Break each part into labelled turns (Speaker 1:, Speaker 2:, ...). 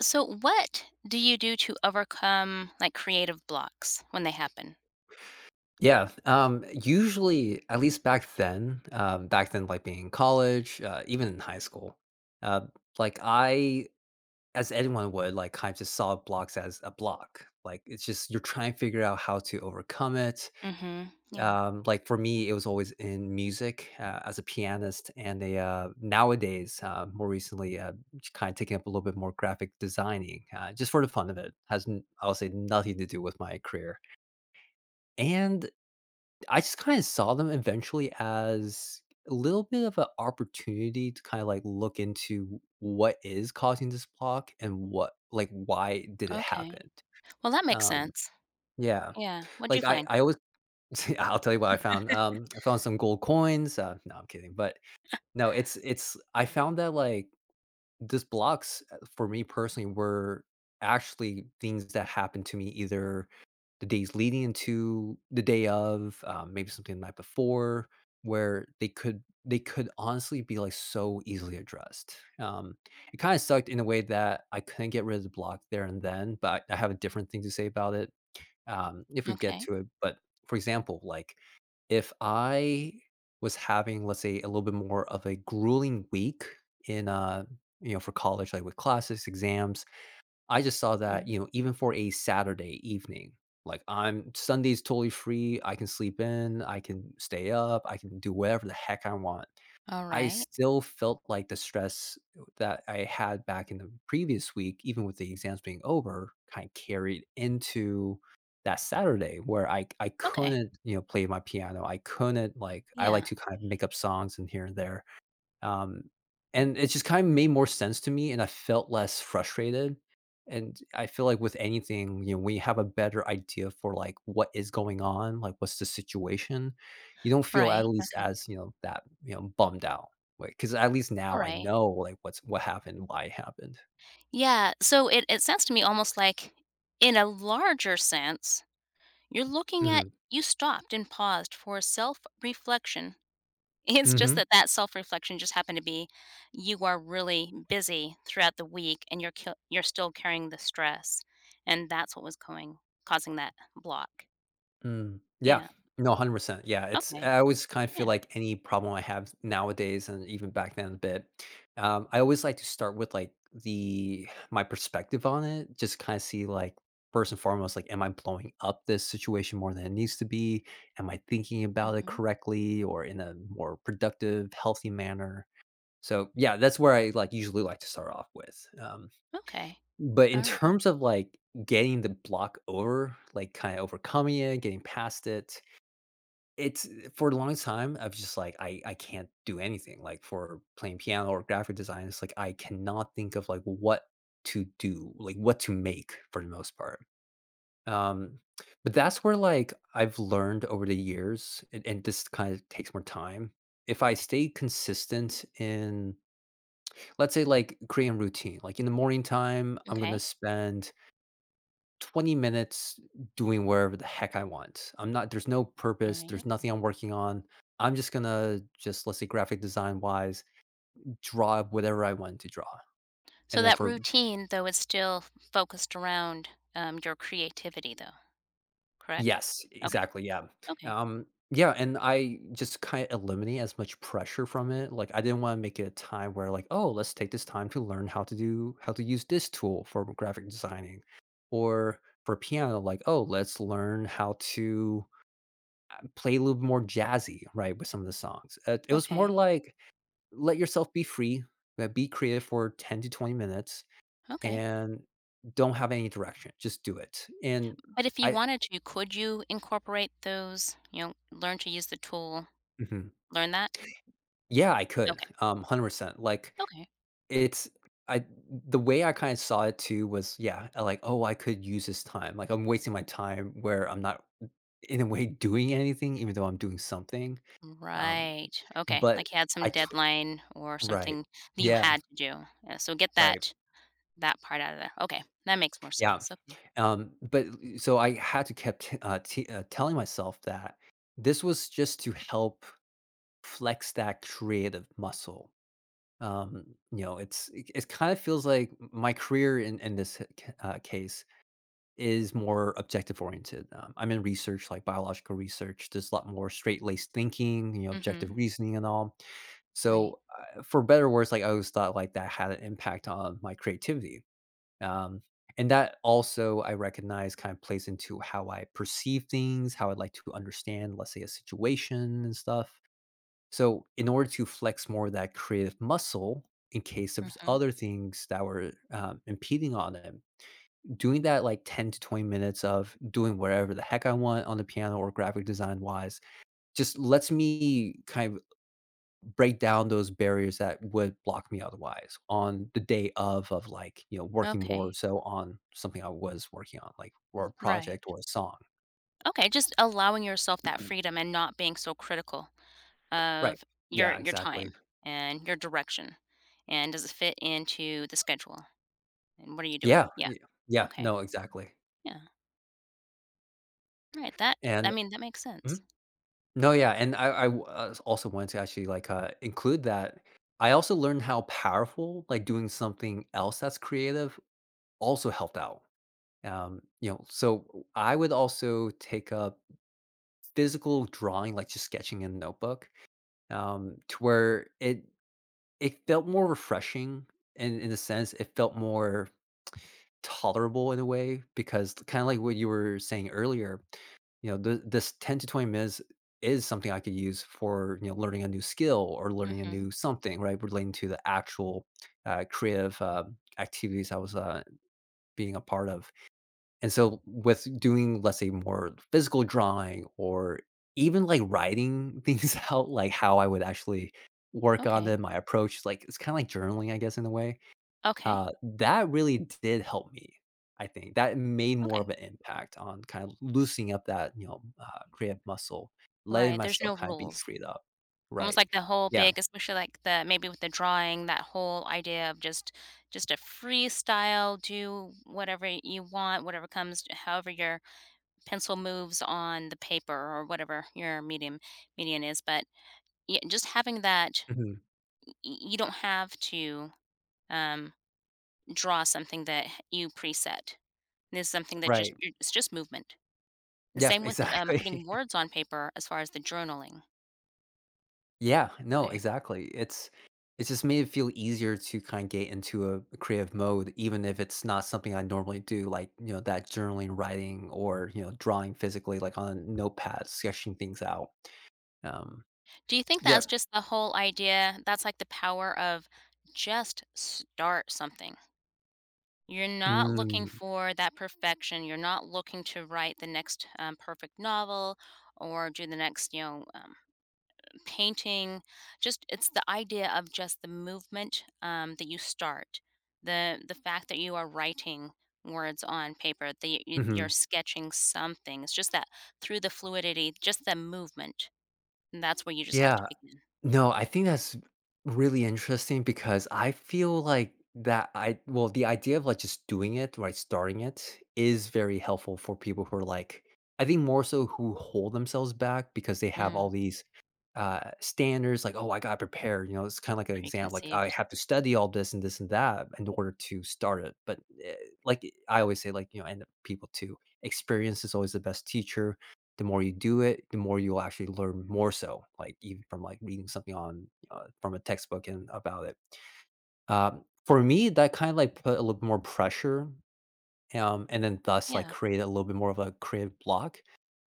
Speaker 1: So, what do you do to overcome like creative blocks when they happen?
Speaker 2: Yeah, usually, at least back then, like being in college, even in high school, uh, like I, as anyone would, like kind of just saw blocks as a block. Like it's just you're trying to figure out how to overcome it.
Speaker 1: Mm-hmm. Yeah.
Speaker 2: Like for me, it was always in music as a pianist, and a nowadays, more recently, kind of taking up a little bit more graphic designing, just for the fun of it. I'll say nothing to do with my career and I just kinda saw them eventually as a little bit of an opportunity to kinda, like, look into what is causing this block and what, like, why did it
Speaker 1: Okay.
Speaker 2: happen?
Speaker 1: Well, that makes
Speaker 2: Um,
Speaker 1: sense.
Speaker 2: yeah.
Speaker 1: Yeah. What'd you
Speaker 2: Like, I
Speaker 1: find?
Speaker 2: I always I'll tell you what I found. I found some gold coins. Uh, no, I'm kidding, but no, it's I found that, like, these blocks, for me personally, were actually things that happened to me either the days leading into the day of, maybe something the night before, where they could honestly be, like, so easily addressed. It kinda sucked in a way that I couldn't get rid of the block there and then, but I have a different thing to say about it, if we get
Speaker 1: Okay.
Speaker 2: to it. But, for example, like if I was having, let's say, a little bit more of a grueling week in, you know, for college, like with classes, exams, I just saw that,
Speaker 1: Mhm.
Speaker 2: you know, even for a Saturday evening, like I'm Sunday's totally free. I can sleep in, I can stay up, I can do whatever the heck I want.
Speaker 1: All
Speaker 2: I
Speaker 1: right.
Speaker 2: still felt like the stress that I had back in the previous week, even with the exams being over, kind of carried into that Saturday where I
Speaker 1: Okay.
Speaker 2: couldn't, you know, play my piano. I couldn't, like, I like
Speaker 1: Yeah.
Speaker 2: to kind of make up songs and here and there. Um,
Speaker 1: Mm.
Speaker 2: and it just kind of made more sense to me, and I felt less frustrated. And I feel like with anything, you know, when you have a better idea for, like, what is going on, like, what's the situation, you don't feel, at
Speaker 1: Right.
Speaker 2: least,
Speaker 1: Okay.
Speaker 2: as, you know, that, you know, bummed out. Like, because at least
Speaker 1: All
Speaker 2: now I
Speaker 1: right.
Speaker 2: know, like, what's what happened, why it happened.
Speaker 1: Yeah. So it sounds to me almost like, in a larger sense, you're looking at
Speaker 2: Hmm.
Speaker 1: you stopped and paused for self reflection. It's just
Speaker 2: Hmm.
Speaker 1: that that self-reflection just happened to be, you are really busy throughout the week and you're still carrying the stress, and that's what was going causing that block.
Speaker 2: Mm, yeah.
Speaker 1: Yeah,
Speaker 2: No, 100%. Yeah, it's
Speaker 1: okay,
Speaker 2: I always kind of feel
Speaker 1: yeah,
Speaker 2: like any problem I have nowadays and even back then a bit, I always like to start with, like, the my perspective on it, just kinda see, like, first and foremost, like, am I blowing up this situation more than it needs to be? Am I thinking about it
Speaker 1: mhm,
Speaker 2: correctly or in a more productive, healthy manner? So, yeah, that's where I, like, usually like to start off with. Um,
Speaker 1: okay,
Speaker 2: but in
Speaker 1: alright,
Speaker 2: terms of, like, getting the block over, like, kinda overcoming it, getting past it, it's for the longest time, I've just, like, I can't do anything, like, for playing piano or graphic design, it's, like, I cannot think of, like, what to do, like, what to make for the most part. Um, but that's where, like, I've learned over the years, and this kind of takes more time. If I stay consistent in, let's say, like, creating routine, like, in the morning time, I'm gonna
Speaker 1: okay,
Speaker 2: spend 20 minutes doing wherever the heck I want. I'm not there's no purpose,
Speaker 1: alright.
Speaker 2: there's nothing I'm working on. I'm just gonna just, let's say, graphic design wise, draw whatever I want to draw.
Speaker 1: So
Speaker 2: And then
Speaker 1: that
Speaker 2: for
Speaker 1: routine, though, is still focused around, your creativity, though, correct?
Speaker 2: Yes,
Speaker 1: Okay,
Speaker 2: exactly. Yeah.
Speaker 1: okay,
Speaker 2: Um yeah, and I just kind of eliminate as much pressure from it. Like I didn't want to make it a time where, like, oh, let's take this time to learn how to use this tool for graphic designing or for piano, like, oh, let's learn how to play a little more jazzy, right, with some of the songs. It was more
Speaker 1: okay,
Speaker 2: like let yourself be free, be creative for 10 to 20 minutes
Speaker 1: okay.
Speaker 2: and don't have any direction. Just do it. And
Speaker 1: But if you
Speaker 2: I
Speaker 1: wanted to, could you incorporate those, you know, learn to use the tool,
Speaker 2: Mhm.
Speaker 1: learn that?
Speaker 2: Yeah, I could. 100%. Like
Speaker 1: Okay.
Speaker 2: it's I the way I kind of saw it too was, yeah, like, oh, I could use this time. Like I'm wasting my time where I'm not, in a way, doing anything even though I'm doing something. Um
Speaker 1: Right. Okay.
Speaker 2: but
Speaker 1: Like you had
Speaker 2: I
Speaker 1: some
Speaker 2: t-
Speaker 1: deadline or
Speaker 2: right.
Speaker 1: something that you
Speaker 2: Yeah,
Speaker 1: had to do. Yeah, so get
Speaker 2: right.
Speaker 1: that part out of there. Okay. That makes more
Speaker 2: Yeah.
Speaker 1: sense. Okay.
Speaker 2: But so I had to kept telling myself that this was just to help flex that creative muscle. You know, it's it, it kind of feels like my career in this case is more objective oriented. I'm in research, like biological research. There's a lot more straight laced thinking, you know, objective
Speaker 1: Mhm.
Speaker 2: reasoning and all.
Speaker 1: Right.
Speaker 2: So, for better or worse, like I always thought like that had an impact on my creativity, um, and that also I recognize kind of plays into how I perceive things, how I'd like to understand, let's say, a situation and stuff. So, in order to flex more of that creative muscle, in case there's
Speaker 1: Mhm.
Speaker 2: other things that were impeding on it, doing that, like, 10 to 20 minutes of doing whatever the heck I want on the piano or graphic design wise just lets me kind break down those barriers that would block me otherwise on the day of like, you know, working more
Speaker 1: Okay.
Speaker 2: so on something I was working on, like or a
Speaker 1: Right.
Speaker 2: project or a song.
Speaker 1: Okay, just allowing yourself that
Speaker 2: Mhm.
Speaker 1: freedom and not being so critical
Speaker 2: Right.
Speaker 1: of your
Speaker 2: Yeah,
Speaker 1: your time
Speaker 2: exactly.
Speaker 1: and your direction. And does it fit into the schedule? And what are you doing?
Speaker 2: Yeah,
Speaker 1: Yeah.
Speaker 2: y yeah,
Speaker 1: Okay.
Speaker 2: no, exactly.
Speaker 1: Yeah. Right. That I
Speaker 2: And
Speaker 1: mean that makes sense.
Speaker 2: Mhm. No, yeah, and I also wanted to actually, like, include that. I also learned how powerful, like, doing something else that's creative also helped out. You know, so I would also take up physical drawing, like, just sketching in a notebook, to where it felt more refreshing in a sense. It felt more tolerable in a way because kind of like what you were saying earlier, you know, this 10 to 20 minutes is something I could use for, you know, learning a new skill or learning a
Speaker 1: Mhm.
Speaker 2: new something, right? Relating to the actual creative activities I was being a part of. And so with doing, let's say, more physical drawing or even like writing things out, like how I would actually work on
Speaker 1: Okay.
Speaker 2: them, my approach, like it's kind of like journaling, I guess, in a way.
Speaker 1: Okay.
Speaker 2: That really did help me. I think that made more of
Speaker 1: Okay.
Speaker 2: an impact on kind of loosening up that, you know, creative muscle, letting
Speaker 1: Right. There's
Speaker 2: myself
Speaker 1: no
Speaker 2: kind of be
Speaker 1: rules.
Speaker 2: freed up.
Speaker 1: Almost
Speaker 2: Right.
Speaker 1: like the whole
Speaker 2: Yeah.
Speaker 1: big, especially like the maybe with the drawing, that whole idea of just a freestyle, do whatever you want, whatever comes however your pencil moves on the paper or whatever your medium is, but, yeah, just having that
Speaker 2: Mhm.
Speaker 1: y you don't have to, um, draw something that you preset. This is something that just
Speaker 2: Right.
Speaker 1: it's just movement. The
Speaker 2: Yeah.
Speaker 1: same with, putting
Speaker 2: Exactly.
Speaker 1: words on paper as far as the journaling.
Speaker 2: Yeah, no,
Speaker 1: Okay.
Speaker 2: exactly. It's just made it feel easier to kind of get into a creative mode, even if it's not something I normally do, like, you know, that journaling, writing, or, you know, drawing physically, like on a notepad, sketching things out. Um,
Speaker 1: Do you think
Speaker 2: yeah.
Speaker 1: that's just the whole idea that's, like, the power of just start something? You're not looking
Speaker 2: Mm,
Speaker 1: for that perfection, you're not looking to write the next, perfect novel or do the next, you know, painting. Just it's the idea of just the movement, that you start. The fact that you are writing words on paper, that you're
Speaker 2: mhm.
Speaker 1: sketching something. It's just that through the fluidity, just the movement. And that's where you just have to
Speaker 2: Yeah.
Speaker 1: begin.
Speaker 2: No, I think that's really interesting because I feel like that I well, the idea of like just doing it, right, starting it is very helpful for people who are like, I think more so, who hold themselves back because they have
Speaker 1: Mm,
Speaker 2: all these standards like, oh, I gotta prepare, you know, it's kind of like an exam, like I
Speaker 1: preconceived.
Speaker 2: have to study all this and this and that in order to start it. But like I always say, like, you know, and people too, experience is always the best teacher, the more you do it, the more you'll actually learn more so, like, even from, like, reading something on, from a textbook and about it. For me, that kind of, like, put a little bit more pressure, and then thus, like,
Speaker 1: Yeah.
Speaker 2: created a little bit more of a creative block,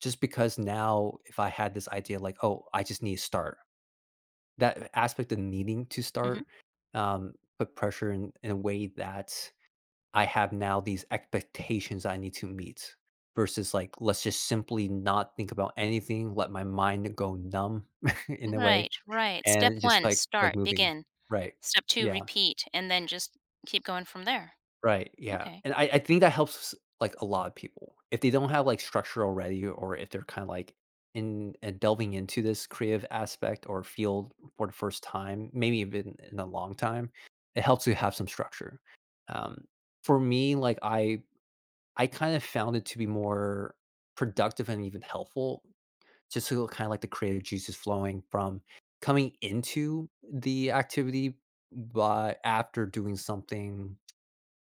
Speaker 2: just because now if I had this idea like, "Oh, I just need to start," that aspect of needing to
Speaker 1: Mhm.
Speaker 2: start, um, put pressure in a way that I have now these expectations I need to meet versus like, let's just simply not think about anything, let my mind go numb in a way
Speaker 1: Right, right. Step
Speaker 2: and just
Speaker 1: 1,
Speaker 2: like
Speaker 1: start,
Speaker 2: moving.
Speaker 1: begin.
Speaker 2: Right.
Speaker 1: Step 2,
Speaker 2: Yeah.
Speaker 1: repeat, and then just keep going from there.
Speaker 2: Right. Yeah.
Speaker 1: Okay.
Speaker 2: And I think that helps like a lot of people. If they don't have like structure already or if they're kind of like in and delving into this creative aspect or field for the first time, maybe even in a long time, it helps to have some structure. Um, for me, I kind of found it to be more productive and even helpful just to kind of like the creative juices flowing from coming into the activity, but after doing something,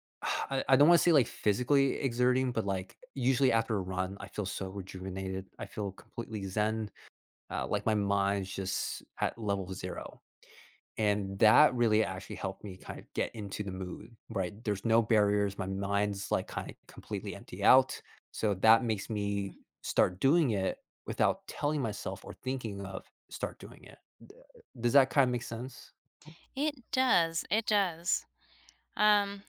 Speaker 2: I don't want to say like physically exerting, but like usually after a run, I feel so rejuvenated. I feel completely zen. Like my mind's just at level zero. And that really actually helped me kind of get into the mood, right? There's no barriers. My mind's like kind of completely empty out. So that makes me start doing it without telling myself or thinking of start doing it. D- Does that kind of make sense?
Speaker 1: It does, it does. Um,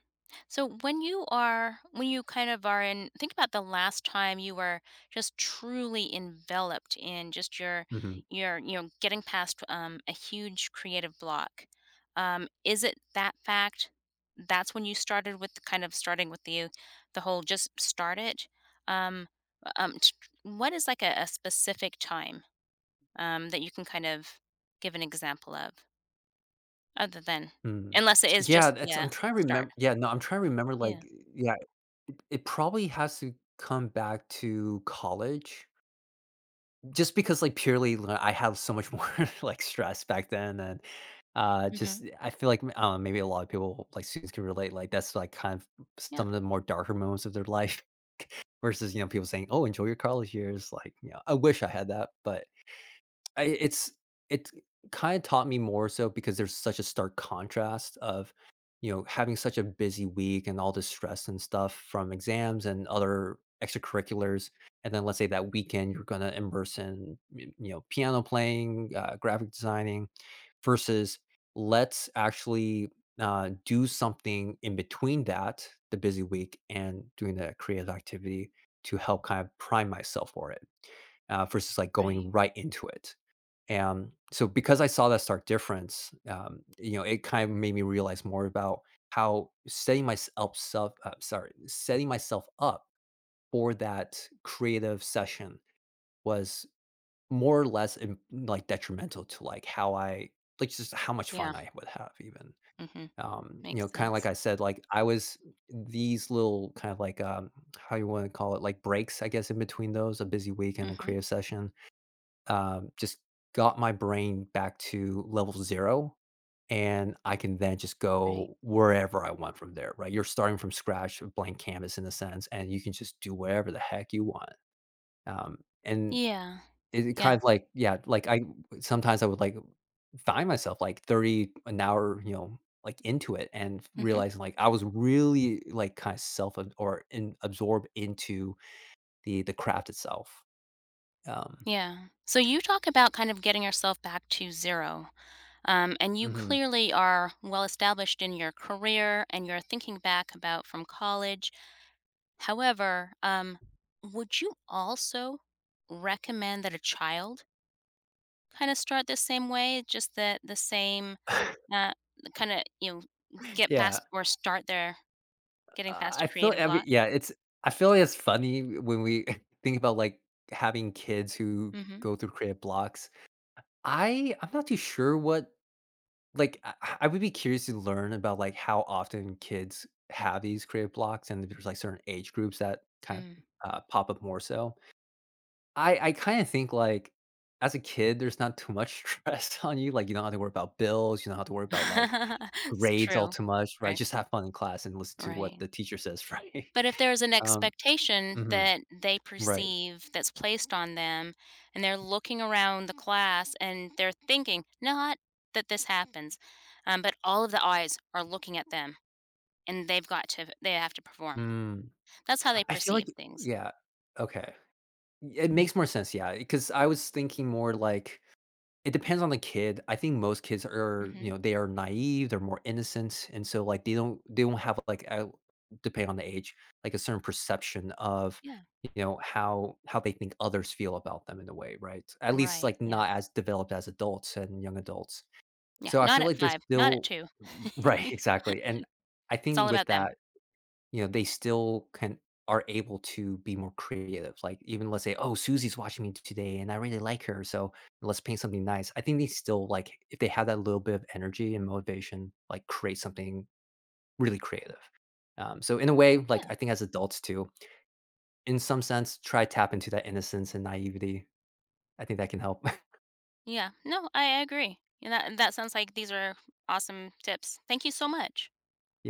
Speaker 1: so when you are, when you kind of are in, think about the last time you were just truly enveloped in just
Speaker 2: Mhm.
Speaker 1: your, you know, getting past a huge creative block. Is it that fact? That's when you started with the kind of starting with the whole just start it. Um, um, t- what is like a specific time that you can kind of give an example of, other than,
Speaker 2: Mm.
Speaker 1: unless it is
Speaker 2: Yeah,
Speaker 1: just
Speaker 2: that's
Speaker 1: yeah
Speaker 2: I'm trying to
Speaker 1: start.
Speaker 2: remember. Yeah, no, I'm trying to remember
Speaker 1: Yeah.
Speaker 2: like yeah, it probably has to come back to college. Just because, like, purely, li I have so much more, like, stress back then and, just
Speaker 1: Mhm.
Speaker 2: I feel like, I maybe a lot of people, like, students can relate, like, that's, like, kind of
Speaker 1: Yeah,
Speaker 2: some of the more darker moments of their life versus, you know, people saying, "Oh, enjoy your college years," like, you know, I wish I had that, but I it's it kinda taught me more so because there's such a stark contrast of, you know, having such a busy week and all the stress and stuff from exams and other extracurriculars, and then let's say that weekend you're gonna immerse in, y you know, piano playing, graphic designing versus let's actually, do something in between that, the busy week, and doing that creative activity to help kind of prime myself for it, versus, like,
Speaker 1: right.
Speaker 2: going right into it. And so because I saw that stark difference, you know, it kind of made me realize more about how setting myself up for that creative session was more or less like detrimental to like how I like just how much
Speaker 1: Yeah,
Speaker 2: fun I would have even.
Speaker 1: mhm,
Speaker 2: You
Speaker 1: makes
Speaker 2: know, kind of like
Speaker 1: sense.
Speaker 2: I said, like I was these little kind of like how you want to call it, like breaks, I guess, in between those, a busy week and a
Speaker 1: Mhm,
Speaker 2: creative session, just got my brain back to level 0, and I can then just
Speaker 1: right.
Speaker 2: go wherever I want from there, right? You're starting from scratch, a blank canvas in a sense, and you can just do whatever the heck you want, um, and
Speaker 1: Yeah,
Speaker 2: it
Speaker 1: yeah,
Speaker 2: kind of like yeah, like, I sometimes I would, like, find myself, like, 30 an hour, you know, like, into it and
Speaker 1: mhm,
Speaker 2: realizing, like, I was really, like, kinda self ab or in absorbed into the craft itself. Um,
Speaker 1: yeah. So you talk about kind of getting yourself back to 0, and you
Speaker 2: mhm.
Speaker 1: clearly are well established in your career and you're thinking back about from college. However, would you also recommend that a child kinda start the same way, just the same, uh, kinda, you know, get
Speaker 2: Yeah.
Speaker 1: past or start their getting past a
Speaker 2: I feel
Speaker 1: creative
Speaker 2: I mean,
Speaker 1: block?
Speaker 2: yeah, it's I feel like it's funny when we think about, like, having kids who
Speaker 1: Mhm.
Speaker 2: go through creative blocks. I'm not too sure what like, I would be curious to learn about, like, how often kids have these creative blocks and if there's, like, certain age groups that kind
Speaker 1: Mm.
Speaker 2: of, pop up more so. I kinda think, like, as a kid, there's not too much stress on you, like, you don't have to worry about bills, you don't have to worry about, like,
Speaker 1: It's
Speaker 2: grades all
Speaker 1: true.
Speaker 2: too much, right?
Speaker 1: Right,
Speaker 2: Just have fun in class and listen to what
Speaker 1: right.
Speaker 2: the teacher says, right?
Speaker 1: But if there's an
Speaker 2: Um.
Speaker 1: expectation
Speaker 2: Mhm.
Speaker 1: that they
Speaker 2: Right.
Speaker 1: perceive that's placed on them, and they're looking around the class and they're thinking, not that this happens, but all of the eyes are looking at them and they have to perform.
Speaker 2: Mm.
Speaker 1: That's how they
Speaker 2: I feel like
Speaker 1: perceive things.
Speaker 2: yeah. Okay. It makes more sense, yeah, because I was thinking more like it depends on the kid. I think most kids are, you
Speaker 1: Mhm.
Speaker 2: know, they are naive, they're more innocent, and so, like, they don't have, like, depending on the age, like, a certain perception of,
Speaker 1: Yeah.
Speaker 2: you know, how they think others feel about them in a way, right? At least,
Speaker 1: Right.
Speaker 2: like,
Speaker 1: Yeah.
Speaker 2: not as developed as adults and young adults.
Speaker 1: Yeah.
Speaker 2: So I
Speaker 1: Not
Speaker 2: feel
Speaker 1: at
Speaker 2: like they're
Speaker 1: 5, not at
Speaker 2: still.
Speaker 1: 2.
Speaker 2: Right, exactly, and I
Speaker 1: It's all
Speaker 2: think
Speaker 1: about
Speaker 2: with
Speaker 1: them.
Speaker 2: that. You know, they
Speaker 1: Yeah.
Speaker 2: still can are able to be more creative. Like even let's say, "Oh, Susie's watching me today and I really like her, so let's paint something nice." I think they still like if they have that little bit of energy and motivation, like create something really creative. So in a way, like
Speaker 1: Yeah.
Speaker 2: I think as adults too, in some sense, try tap into that innocence and naivety. I think that can help.
Speaker 1: Yeah. No, I agree. And that that sounds like these are awesome tips. Thank you so much.